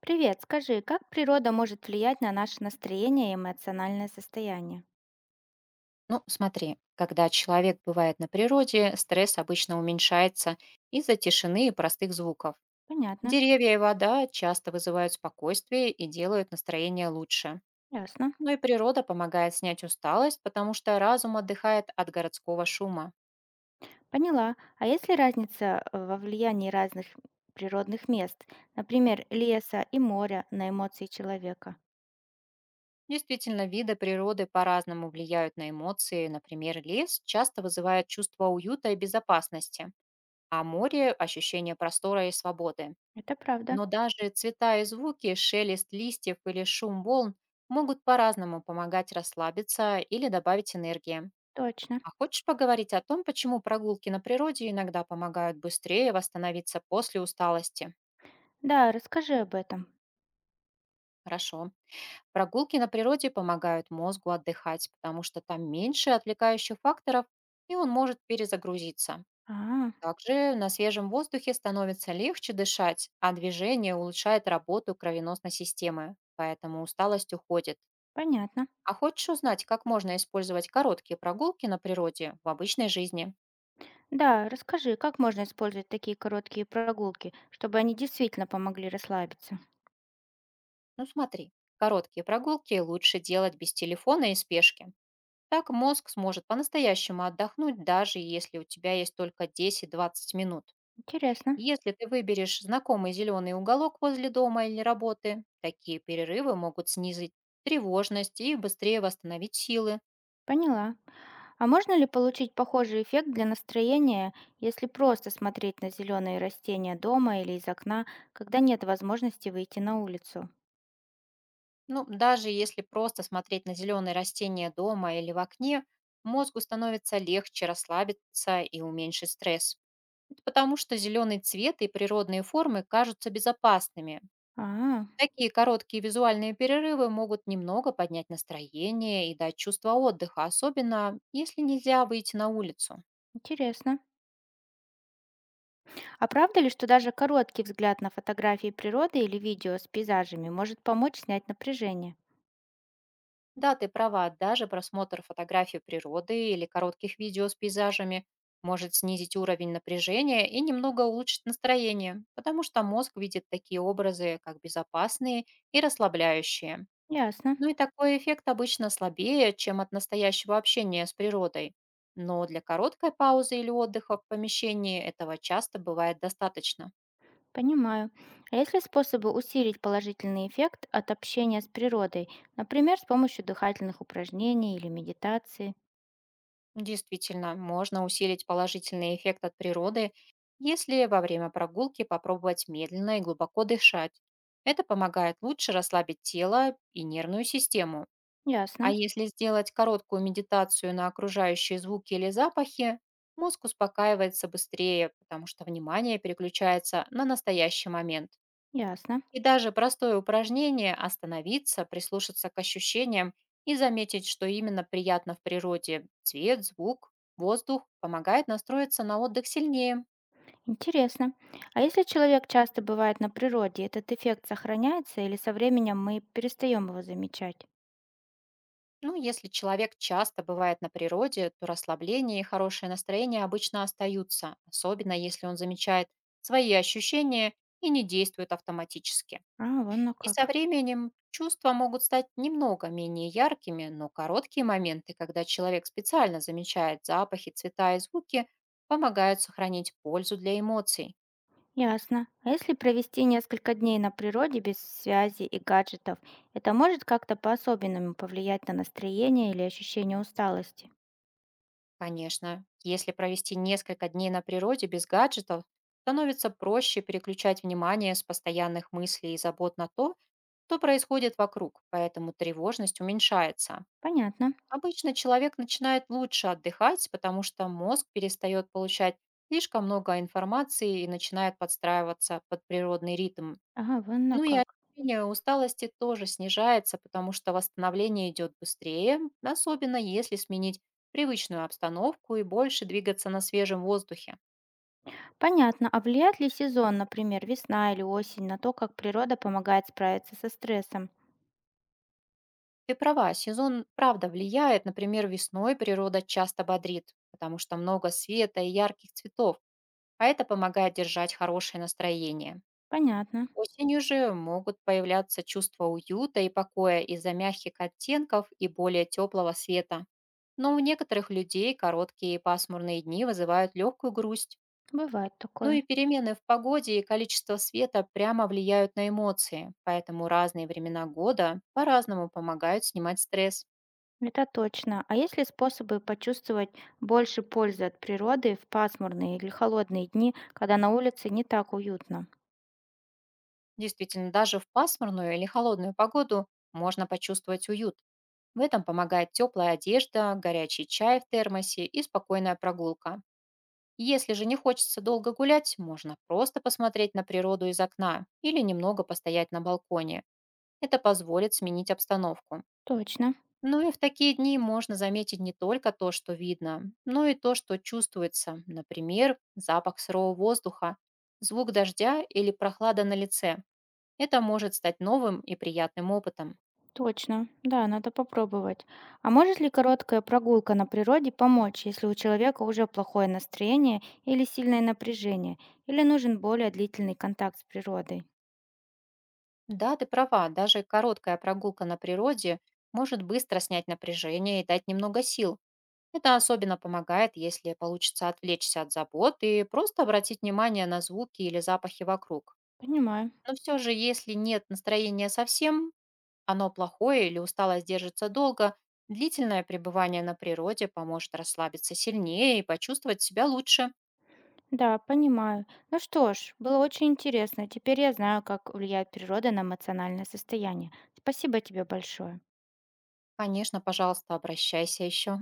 Привет, скажи, как природа может влиять на наше настроение и эмоциональное состояние? Ну, смотри, когда человек бывает на природе, стресс обычно уменьшается из-за тишины и простых звуков. Понятно, Деревья и вода часто вызывают спокойствие и делают настроение лучше. ясно, Ну и природа помогает снять усталость, потому что разум отдыхает от городского шума. поняла. А есть ли разница во влиянии разных природных мест, например, леса и моря на эмоции человека? Действительно, виды природы по-разному влияют на эмоции. Например, лес часто вызывает чувство уюта и безопасности, а море– ощущение простора и свободы. Это правда, Но даже цвета и звуки, шелест листьев или шум волн могут по-разному помогать расслабиться или добавить энергии. точно. А хочешь поговорить о том, почему прогулки на природе иногда помогают быстрее восстановиться после усталости? Да, расскажи об этом. Хорошо. Прогулки на природе помогают мозгу отдыхать, потому что там меньше отвлекающих факторов, и он может перезагрузиться. А, Также на свежем воздухе становится легче дышать, а движение улучшает работу кровеносной системы, поэтому усталость уходит. понятно. А хочешь узнать, как можно использовать короткие прогулки на природе в обычной жизни? Да, расскажи, как можно использовать такие короткие прогулки, чтобы они действительно помогли расслабиться. Ну смотри, короткие прогулки лучше делать без телефона и спешки. Так мозг сможет по-настоящему отдохнуть, даже если у тебя есть только 10-20 минут. Интересно. Если ты выберешь знакомый зеленый уголок возле дома или работы, такие перерывы могут снизить тревожность и быстрее восстановить силы. Поняла. А можно ли получить похожий эффект для настроения, если просто смотреть на зеленые растения дома или из окна, когда нет возможности выйти на улицу? Ну, даже если просто смотреть на зеленые растения дома или в окне, мозгу становится легче расслабиться и уменьшить стресс. Это потому что зеленый цвет и природные формы кажутся безопасными. А, Такие короткие визуальные перерывы могут немного поднять настроение и дать чувство отдыха, особенно если нельзя выйти на улицу. интересно. А правда ли, что даже короткий взгляд на фотографии природы или видео с пейзажами может помочь снять напряжение? Да, ты права, даже просмотр фотографий природы или коротких видео с пейзажами может снизить уровень напряжения и немного улучшить настроение, потому что мозг видит такие образы, как безопасные и расслабляющие. Ясно, Ну и такой эффект обычно слабее, чем от настоящего общения с природой. Но для короткой паузы или отдыха в помещении этого часто бывает достаточно. понимаю. А есть ли способы усилить положительный эффект от общения с природой, например, с помощью дыхательных упражнений или медитации? Действительно, можно усилить положительный эффект от природы, если во время прогулки попробовать медленно и глубоко дышать. Это помогает лучше расслабить тело и нервную систему. Ясно, А если сделать короткую медитацию на окружающие звуки или запахи, мозг успокаивается быстрее, потому что внимание переключается на настоящий момент. ясно. И даже простое упражнение остановиться, прислушаться к ощущениям и заметить, что именно приятно в природе– цвет, звук, воздух– помогает настроиться на отдых сильнее. Интересно. А если человек часто бывает на природе, этот эффект сохраняется или со временем мы перестаем его замечать? Ну, если человек часто бывает на природе, то расслабление и хорошее настроение обычно остаются, особенно если он замечает свои ощущения и не действует автоматически. А, вон ну И как. со временем чувства могут стать немного менее яркими, но короткие моменты, когда человек специально замечает запахи, цвета и звуки, помогают сохранить пользу для эмоций. Ясно. А если провести несколько дней на природе без связи и гаджетов, это может как-то по-особенному повлиять на настроение или ощущение усталости? Конечно, если провести несколько дней на природе без гаджетов, становится проще переключать внимание с постоянных мыслей и забот на то, что происходит вокруг, поэтому тревожность уменьшается. Понятно. Обычно человек начинает лучше отдыхать, потому что мозг перестает получать слишком много информации и начинает подстраиваться под природный ритм. Ага, вон ну Ну и как. ощущение усталости тоже снижается, потому что восстановление идет быстрее, особенно если сменить привычную обстановку и больше двигаться на свежем воздухе. Понятно. А влияет ли сезон, например, весна или осень, на то, как природа помогает справиться со стрессом? Ты права, сезон правда влияет, например, весной природа часто бодрит, потому что много света и ярких цветов, а это помогает держать хорошее настроение. Понятно. Осенью же могут появляться чувства уюта и покоя из-за мягких оттенков и более теплого света. Но у некоторых людей короткие пасмурные дни вызывают легкую грусть. Бывает Ну и такое. перемены в погоде и количество света прямо влияют на эмоции, поэтому разные времена года по-разному помогают снимать стресс. Это точно. А есть ли способы почувствовать больше пользы от природы в пасмурные или холодные дни, когда на улице не так уютно? Действительно, даже в пасмурную или холодную погоду можно почувствовать уют. В этом помогает теплая одежда, горячий чай в термосе и спокойная прогулка. Если же не хочется долго гулять, можно просто посмотреть на природу из окна или немного постоять на балконе. Это позволит сменить обстановку. Точно, Ну и в такие дни можно заметить не только то, что видно, но и то, что чувствуется. Например, запах сырого воздуха, звук дождя или прохлада на лице. Это может стать новым и приятным опытом. точно. Да, надо попробовать. А может ли короткая прогулка на природе помочь, если у человека уже плохое настроение или сильное напряжение, или нужен более длительный контакт с природой? Да, ты права, даже короткая прогулка на природе может быстро снять напряжение и дать немного сил. Это особенно помогает, если получится отвлечься от забот и просто обратить внимание на звуки или запахи вокруг. Понимаю. Но все же, если нет настроения совсем, оно плохое или усталость держится долго, длительное пребывание на природе поможет расслабиться сильнее и почувствовать себя лучше. Да, понимаю. Ну что ж, было очень интересно. Теперь я знаю, как влияет природа на эмоциональное состояние. Спасибо тебе большое. Конечно, пожалуйста, обращайся еще.